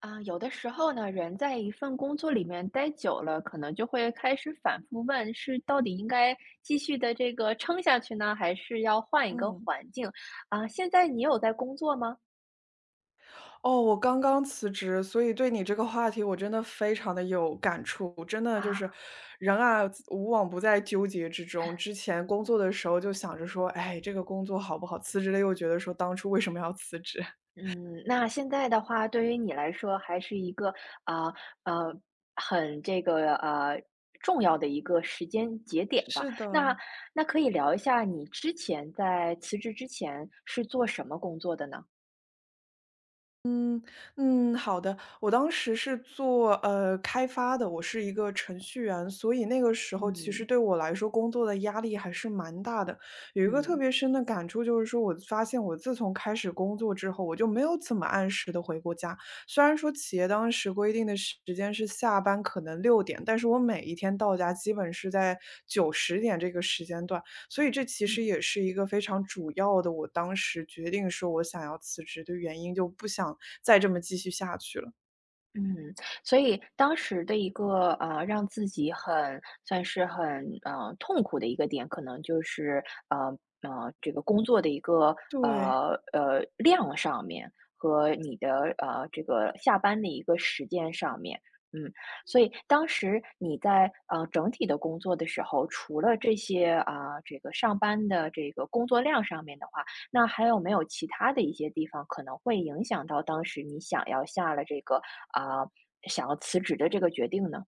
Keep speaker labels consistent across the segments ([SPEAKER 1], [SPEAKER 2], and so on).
[SPEAKER 1] 啊，有的时候呢，人在一份工作里面待久了，可能就会开始反复问，是到底应该继续的这个撑下去呢，还是要换一个
[SPEAKER 2] 嗯，
[SPEAKER 1] 环境？啊，现在你有在工作吗？
[SPEAKER 2] 哦，我刚刚辞职，所以对你这个话题我真的非常的有感触。真的就
[SPEAKER 1] 啊，
[SPEAKER 2] 是，人啊，无往不在纠结之中。之前工作的时候就想着说，哎，这个工作好不好？辞职了又觉得说，当初为什么要辞职？
[SPEAKER 1] 嗯，那现在的话，对于你来说，还是一个啊呃，很这个重要的一个时间节点吧。
[SPEAKER 2] 是的，
[SPEAKER 1] 那那可以聊一下你之前在辞职之前是做什么工作的呢？
[SPEAKER 2] 嗯嗯，好的。我当时是做开发的，我是一个程序员，所以那个时候其实
[SPEAKER 1] 嗯
[SPEAKER 2] 对我来说工作的压力还是蛮大的。有一个特
[SPEAKER 1] 嗯
[SPEAKER 2] 别深的感触就是说，我发现我自从开始工作之后，我就没有怎么按时的回过家。虽然说企业当时规定的时间是下班可能6点，但是我每一天到家基本是在9、10点这个时间段。所以这其实
[SPEAKER 1] 嗯。
[SPEAKER 2] 也是一个非常主要的，我当时决定说我想要辞职的原因，就不想再这么继续下去了。
[SPEAKER 1] 嗯，所以当时的一个让自己很算是很痛苦的一个点，可能就是呃这个工作的一个
[SPEAKER 2] 对。
[SPEAKER 1] 量上面和你的这个下班的一个时间上面，嗯，所以当时你在整体的工作的时候，除了这些啊、这个上班的这个工作量上面的话，那还有没有其他的一些地方可能会影响到当时你啊，想要辞职的这个决定呢？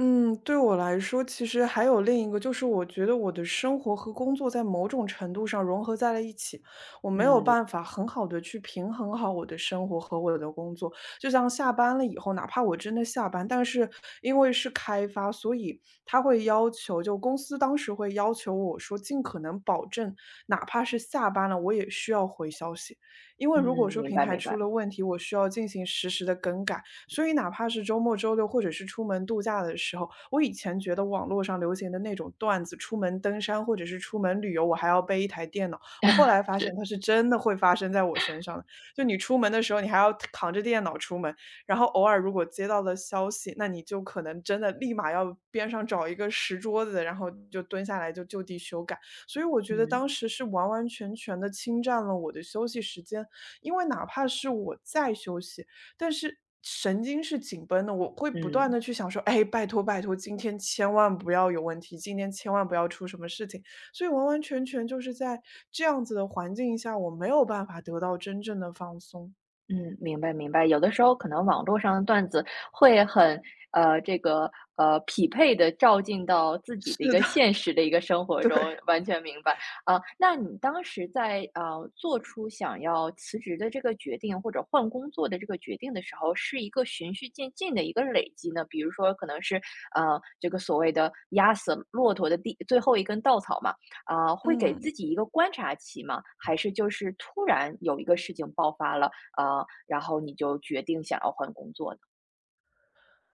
[SPEAKER 2] 嗯，对我来说，其实还有另一个，就是我觉得我的生活和工作在某种程度上融合在了一起，我没有
[SPEAKER 1] 嗯
[SPEAKER 2] 办法很好的去平衡好我的生活和我的工作。就像下班了以后，哪怕我真的下班，但是因为是开发，所以他会要求，就公司当时会要求我说，尽可能保证，哪怕是下班了，我也需要回消息，因
[SPEAKER 1] 嗯，
[SPEAKER 2] 为如果说
[SPEAKER 1] 明
[SPEAKER 2] 平
[SPEAKER 1] 白
[SPEAKER 2] 台
[SPEAKER 1] 明
[SPEAKER 2] 出
[SPEAKER 1] 白，
[SPEAKER 2] 了问题，我需要进行实时的更改。所以哪怕是周末、周六或者是出门度假的时候，我以前觉得网络上流行的那种段子，出门登山或者是出门旅游，我还要背一台电脑，我后来发现它是真的会发生在我身上的。就你出门的时候，你还要扛着电脑出门，然后偶尔如果接到了消息，那你就可能真的立马要边上找一个石桌子，然后就蹲下来就地修改。所以我觉得
[SPEAKER 1] 嗯
[SPEAKER 2] 当时是完完全全的侵占了我的休息时间，因为哪怕是我在休息，但是神经是紧绷的，我会不断
[SPEAKER 1] 嗯。
[SPEAKER 2] 的去想说：“哎，拜托拜托，今天千万不要有问题，今天千万不要出什么事情。”所以完完全全就是在这样子的环境下，我没有办法得到真正的放松。
[SPEAKER 1] 嗯，明白明白。有的时候可能网络上的段子会很呃，这个匹配的照进到自 己的一
[SPEAKER 2] 是
[SPEAKER 1] 个
[SPEAKER 2] 的，
[SPEAKER 1] 现实的一个生活
[SPEAKER 2] 对，
[SPEAKER 1] 中，完全明白。啊，那你当时在，做出想要辞职的这个决定，或者换工作的这个决定的时候，是一个循序渐进的一个累积呢？比如说可能是，这个所谓的压死骆驼的最后一根稻草嘛，啊，会给
[SPEAKER 2] 嗯。
[SPEAKER 1] 自己一个观察期嘛？还是就是突然有一个事情爆发了，然后你就决定想要换工作呢？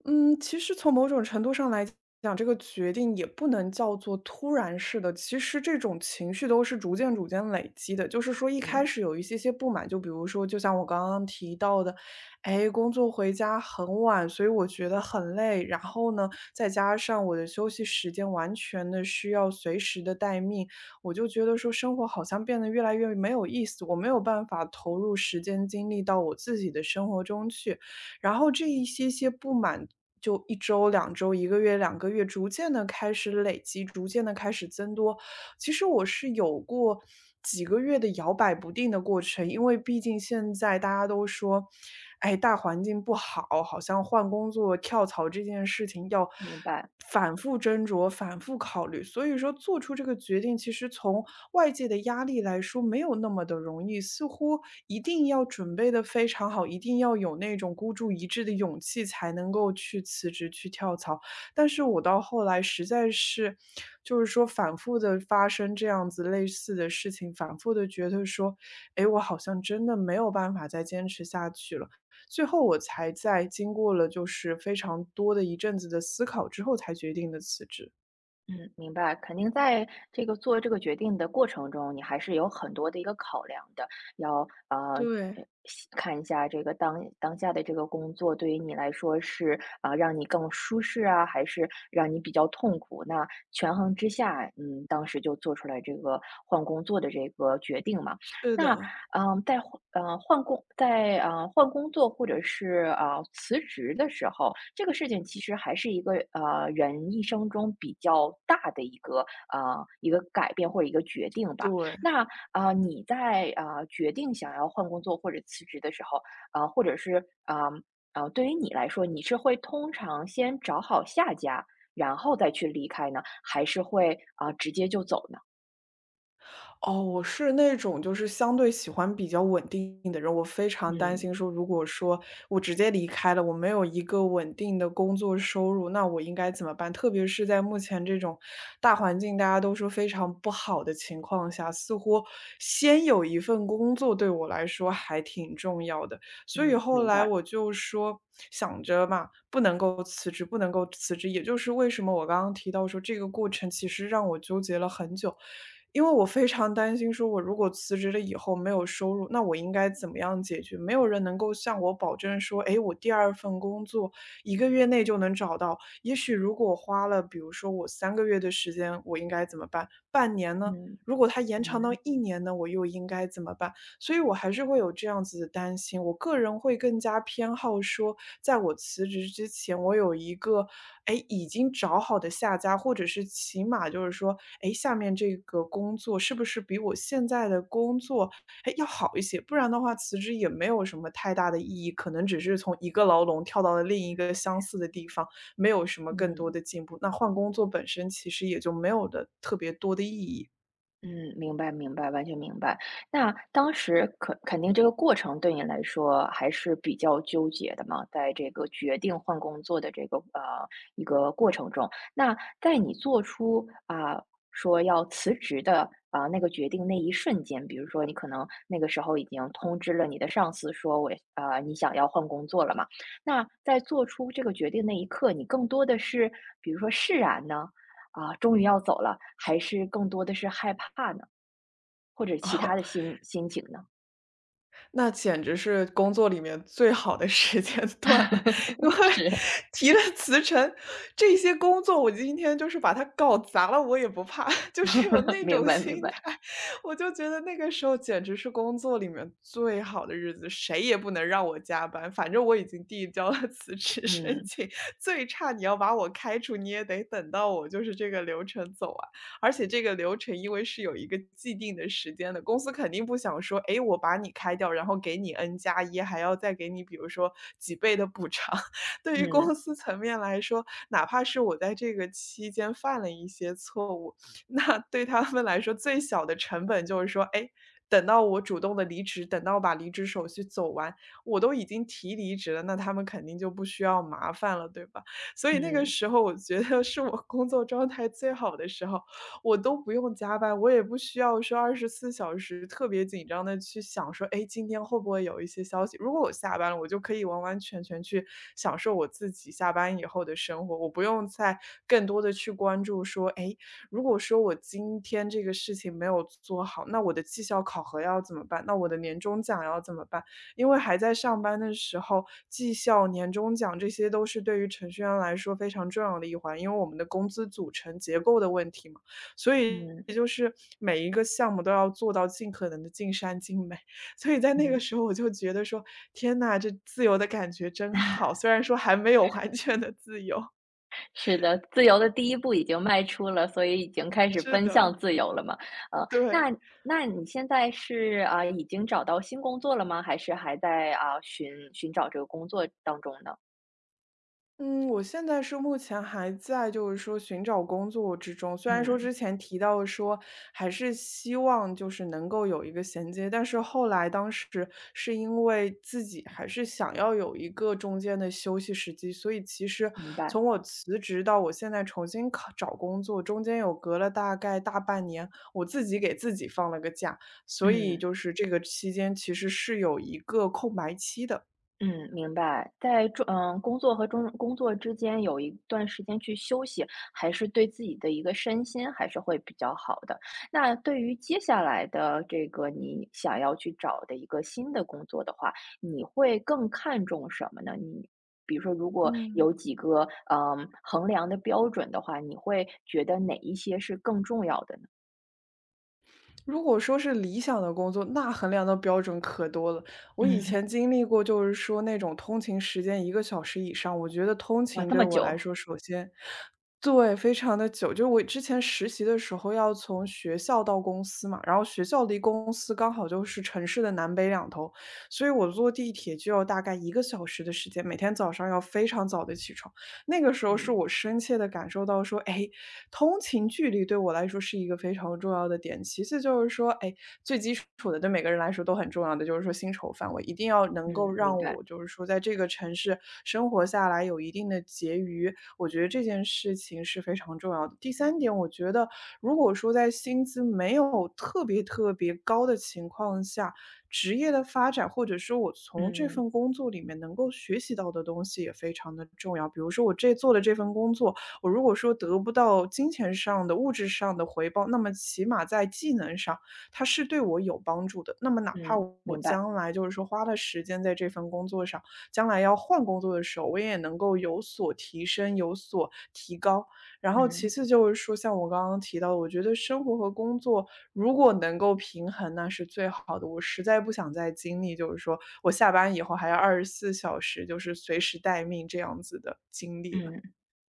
[SPEAKER 2] 嗯，其实从某种程度上来讲，这个决定也不能叫做突然式的。其实这种情绪都是逐渐逐渐累积的。就是说一开
[SPEAKER 1] 嗯，
[SPEAKER 2] 始有一些些不满，就比如说，就像我刚刚提到的，哎，工作回家很晚，所以我觉得很累。然后呢，再加上我的休息时间完全的需要随时的待命，我就觉得说生活好像变得越来越没有意思，我没有办法投入时间精力到我自己的生活中去。然后这一些些不满就一周、2周、一个月、两个月，逐渐的开始累积，逐渐的开始增多。其实我是有过几个月的摇摆不定的过程，因为毕竟现在大家都说，哎，大环境不好，好像换工作、跳槽这件事情要
[SPEAKER 1] 明白，
[SPEAKER 2] 反复斟酌、反复考虑。所以说做出这个决定，其实从外界的压力来说没有那么的容易，似乎一定要准备的非常好，一定要有那种孤注一掷的勇气才能够去辞职、去跳槽。但是我到后来实在是就是说反复的发生这样子类似的事情，反复的觉得说，诶，我好像真的没有办法再坚持下去了。最后我才在经过了就是非常多的一阵子的思考之后才决定的辞职。
[SPEAKER 1] 嗯，明白，肯定在这个做这个决定的过程中，你还是有很多的一个考量的，要呃。
[SPEAKER 2] 对，
[SPEAKER 1] 看一下这个当下的这个工作对于你来说是啊、让你更舒适啊，还是让你比较痛苦？那权衡之下，当时就做出来这个换工作的这个决定嘛。
[SPEAKER 2] 是
[SPEAKER 1] 那
[SPEAKER 2] 的，
[SPEAKER 1] 嗯，在换呃，换工在，呃，换工作或者是，辞职的时候，这个事情其实还是一个，人一生中比较大的一个改变或者一个决定吧。
[SPEAKER 2] 对。
[SPEAKER 1] 那，啊呃你在，啊呃决定想要换工作或者辞职的时候，啊，或者是，啊啊对于你来说，你是会通常先找好下家，然后再去离开呢？还是会，啊，直接就走呢？
[SPEAKER 2] 哦，我是那种就是相对喜欢比较稳定的人，我非常担心
[SPEAKER 1] 嗯，
[SPEAKER 2] 说，如果说我直接离开了，我没有一个稳定的工作收入，那我应该怎么办？特别是在目前这种大环境大家都说非常不好的情况下，似乎先有一份工作对我来说还挺重要的。所以
[SPEAKER 1] 嗯，
[SPEAKER 2] 后
[SPEAKER 1] 明
[SPEAKER 2] 来
[SPEAKER 1] 白，
[SPEAKER 2] 我就说想着嘛，不能够辞职，不能够辞职，也就是为什么我刚刚提到说这个过程其实让我纠结了很久，因为我非常担心说我如果辞职了以后没有收入，那我应该怎么样解决？没有人能够向我保证说，诶，我第二份工作一个月内就能找到。也许如果花了，比如说我3个月的时间，我应该怎么办？半年呢？
[SPEAKER 1] 嗯，
[SPEAKER 2] 如果它延长到
[SPEAKER 1] 嗯，
[SPEAKER 2] 一年呢，我又应该怎么办？所以我还是会有这样子的担心。我个人会更加偏好说，在我辞职之前，我有一个哎已经找好的下家，或者是起码就是说，哎下面这个工作是不是比我现在的工作哎要好一些？不然的话，辞职也没有什么太大的意义，可能只是从一个牢笼跳到了另一个相似的地方，没有什么更多
[SPEAKER 1] 嗯。
[SPEAKER 2] 的进步。那换工作本身其实也就没有的特别多的意义。
[SPEAKER 1] 嗯，明白明白，完全明白。那当时肯定这个过程对你来说还是比较纠结的嘛，在这个决定换工作的这个一个过程中，那在你做出啊、说要辞职的啊、那个决定那一瞬间，比如说你可能那个时候已经通知了你的上司说你想要换工作了嘛，那在做出这个决定那一刻，你更多的是比如说释然呢？啊，终于要走了，还是更多的是害怕呢？或者其他的 心情呢？
[SPEAKER 2] 那简直是工作里面最好的时间 段了，因为
[SPEAKER 1] 是，
[SPEAKER 2] 提了辞呈，这些工作我今天就是把它搞砸了，我也不怕，就是有 那
[SPEAKER 1] 明
[SPEAKER 2] 种
[SPEAKER 1] 白明
[SPEAKER 2] 心
[SPEAKER 1] 白。
[SPEAKER 2] 态。我就觉得那个时候简直是工作里面最好的日子，谁也不能让我加班，反正我已经递交了 辞职申
[SPEAKER 1] 嗯
[SPEAKER 2] 请，最差你要把我开除，你也得等到我就是这个流程走完。而且这个流程因为是有一个既定的时间的，公司肯定不想说，诶，我把你开掉，然后给你 N 加一，还要再给你比如说几倍的补偿。对于
[SPEAKER 1] 嗯
[SPEAKER 2] 公司层面来说，哪怕是我在这个期间犯了一些错误，那对他们来说最小的成本就是说，诶，等到我主动的离职，等到把离职手续走完，我都已经提离职了，那他们肯定就不需要麻烦了，对吧？所以那个
[SPEAKER 1] 嗯
[SPEAKER 2] 时候我觉得是我工作状态最好的时候，我都不用加班，我也不需要说24小时特别紧张的去想说，哎，今天会不会有一些消息？如果我下班了，我就可以完完全全去享受我自己下班以后的生活，我不用再更多的去关注说，哎，如果说我今天这个事情没有做好，那我的绩效考核要怎么办？那我的年终奖要怎么办？因为还在上班的时候，绩效、年终奖这些都是对于程序员来说非常重要的一环，因为我们的工资组成结构的问题嘛。所以
[SPEAKER 1] 嗯
[SPEAKER 2] 就是每一个项目都要做到尽可能的尽善尽美。所以在那个
[SPEAKER 1] 嗯，
[SPEAKER 2] 时候我就觉得说：“天呐，这自由的感觉真好。”虽然说还没有完全的自由。
[SPEAKER 1] 是的，自由的第一步已经迈出了，所以已经开始
[SPEAKER 2] 是
[SPEAKER 1] 奔
[SPEAKER 2] 的，
[SPEAKER 1] 向自由了嘛。呃，
[SPEAKER 2] 对。
[SPEAKER 1] 那那你现在是啊，已经找到新工作了吗？还是还在啊寻找这个工作当中呢？
[SPEAKER 2] 嗯，我现在是目前还在就是说寻找工作之中，虽然说
[SPEAKER 1] 嗯，
[SPEAKER 2] 之前提到说还是希望就是能够有一个衔接，但是后来当时是因为自己还是想要有一个中间的休息时机，所以其实
[SPEAKER 1] 明白。
[SPEAKER 2] 从我辞职到我现在重新考找工作，中间有隔了大概大半年，我自己给自己放了个假，所以
[SPEAKER 1] 嗯。
[SPEAKER 2] 就是这个期间其实是有一个空白期的。
[SPEAKER 1] 嗯，明白。在中嗯，工作和中工作之间有一段时间去休息，还是对自己的一个身心还是会比较好的。那对于接下来的这个你想要去找的一个新的工作的话，你会更看重什么呢？你比如说，如果
[SPEAKER 2] 嗯。
[SPEAKER 1] 有几个衡量的标准的话，你会觉得哪一些是更重要的呢？
[SPEAKER 2] 如果说是理想的工作，那衡量的标准可多了。我
[SPEAKER 1] 嗯，
[SPEAKER 2] 以前经历过，就是说那种通勤时间1个小时以上，我觉得通
[SPEAKER 1] 哇，
[SPEAKER 2] 勤
[SPEAKER 1] 这
[SPEAKER 2] 对
[SPEAKER 1] 么
[SPEAKER 2] 我来
[SPEAKER 1] 久，
[SPEAKER 2] 说，首先，对，非常的久。就是我之前实习的时候，要从学校到公司嘛，然后学校离公司刚好就是城市的南北两头，所以我坐地铁就要大概1个小时的时间，每天早上要非常早的起床。那个时候是
[SPEAKER 1] 嗯
[SPEAKER 2] 我深切的感受到说，哎，通勤距离对我来说是一个非常重要的点。其次就是说，哎，最基础的对每个人来说都很重要的，就是说薪酬范围，一定要能够
[SPEAKER 1] 嗯，明
[SPEAKER 2] 让
[SPEAKER 1] 白，
[SPEAKER 2] 我就是说在这个城市生活下来有一定的结余，我觉得这件事情是非常重要的。第三点，我觉得如果说在薪资没有特别特别高的情况下，职业的发展，或者说我从这
[SPEAKER 1] 嗯
[SPEAKER 2] 份工作里面能够学习到的东西也非常的重要。比如说我这做的这份工作，我如果说得不到金钱上的、物质上的回报，那么起码在技能上，它是对我有帮助的。那么哪怕
[SPEAKER 1] 嗯，
[SPEAKER 2] 我
[SPEAKER 1] 明白，
[SPEAKER 2] 将来就是说花了时间在这份工作上，将来要换工作的时候，我也能够有所提升、有所提高。然后其
[SPEAKER 1] 嗯
[SPEAKER 2] 次就是说，像我刚刚提到的，我觉得生活和工作如果能够平衡，那是最好的。我实在不想再经历，就是说我下班以后还要24小时，就是随时待命这样子的经历了。
[SPEAKER 1] 嗯。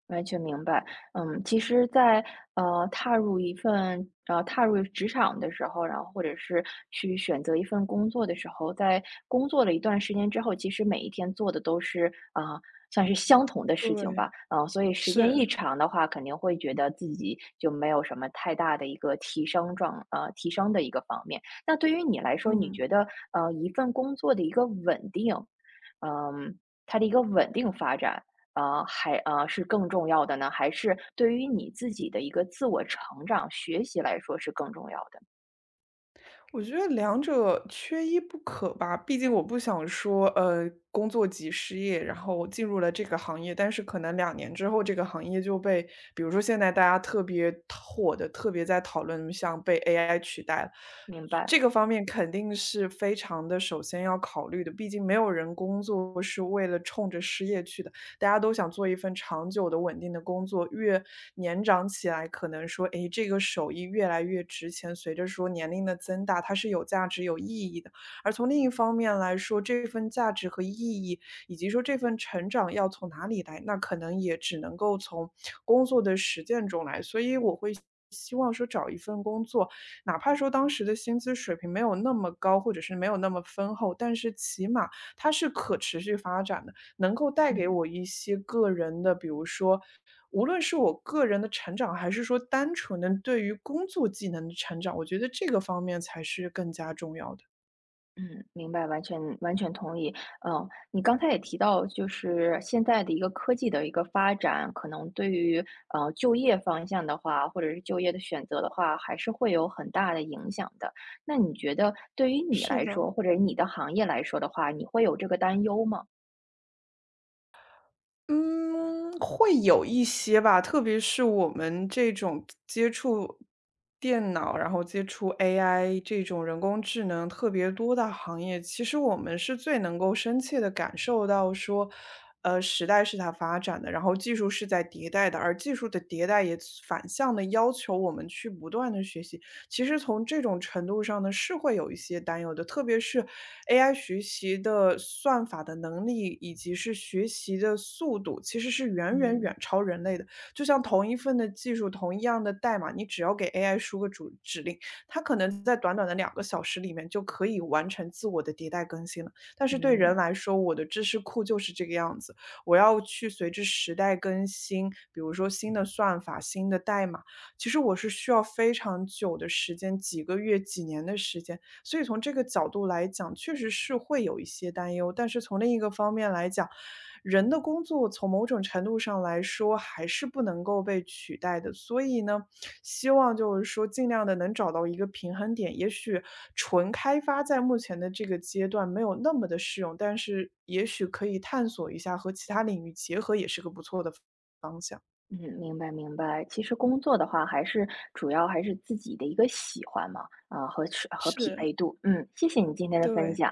[SPEAKER 1] 完全明白，其实在踏入职场的时候，然后或者是去选择一份工作的时候，在工作了一段时间之后，其实每一天做的都是啊、算是相同的事情吧，
[SPEAKER 2] 对，
[SPEAKER 1] 所以时间一
[SPEAKER 2] 是。
[SPEAKER 1] 长的话，肯定会觉得自己就没有什么太大的一个提升的一个方面。那对于你来说，你
[SPEAKER 2] 嗯。
[SPEAKER 1] 觉得一份工作的一个稳定，嗯、它的一个稳定发展。还是更重要的呢？还是对于你自己的一个自我成长、学习来说是更重要的？
[SPEAKER 2] 我觉得两者缺一不可吧，毕竟我不想说，工作即失业，然后我进入了这个行业，但是可能2年之后，这个行业就被，比如说现在大家特别火的，特别在讨论像被 AI 取代了，
[SPEAKER 1] 明白，
[SPEAKER 2] 这个方面肯定是非常的，首先要考虑的，毕竟没有人工作是为了冲着失业去的。大家都想做一份长久的稳定的工作，越年长起来，可能说，诶，这个手艺越来越值钱，随着说年龄的增大，它是有价值、有意义的。而从另一方面来说，这份价值和意义，以及说这份成长要从哪里来，那可能也只能够从工作的实践中来。所以我会希望说找一份工作，哪怕说当时的薪资水平没有那么高，或者是没有那么丰厚，但是起码它是可持续发展的。能够带给
[SPEAKER 1] 嗯
[SPEAKER 2] 我一些个人的，比如说，无论是我个人的成长，还是说单纯的对于工作技能的成长，我觉得这个方面才是更加重要的。
[SPEAKER 1] 嗯，明白，完全完全同意。嗯，你刚才也提到，就是现在的一个科技的一个发展，可能对于就业方向的话，或者是就业的选择的话，还是会有很大的影响的。那你觉得对于你
[SPEAKER 2] 是
[SPEAKER 1] 来说，
[SPEAKER 2] 的。
[SPEAKER 1] 或者你的行业来说的话，你会有这个担忧吗？
[SPEAKER 2] 嗯，会有一些吧，特别是我们这种接触电脑，然后接触 AI 这种人工智能特别多的行业，其实我们是最能够深切的感受到说，时代是它发展的，然后技术是在迭代的，而技术的迭代也反向的要求我们去不断的学习。其实从这种程度上呢，是会有一些担忧的。特别是 AI 学习的算法的能力，以及是学习的速度，其实是远远
[SPEAKER 1] 嗯
[SPEAKER 2] 远超人类的。就像同一份的技术，同一样的代码，你只要给 AI 输个主指令，它可能在短短的2个小时里面就可以完成自我的迭代更新了。但是对人
[SPEAKER 1] 嗯。
[SPEAKER 2] 来说，我的知识库就是这个样子，我要去随着时代更新，比如说新的算法、新的代码，其实我是需要非常久的时间，几个月、几年的时间。所以从这个角度来讲，确实是会有一些担忧。但是从另一个方面来讲，人的工作从某种程度上来说还是不能够被取代的。所以呢，希望就是说尽量的能找到一个平衡点。也许纯开发在目前的这个阶段没有那么的适用，但是也许可以探索一下和其他领域结合，也是个不错的方向。
[SPEAKER 1] 嗯，明白明白。其实工作的话，主要还是自己的一个喜欢嘛，啊、和匹
[SPEAKER 2] 是，
[SPEAKER 1] 配度。嗯，谢谢你今天的分
[SPEAKER 2] 对。
[SPEAKER 1] 享。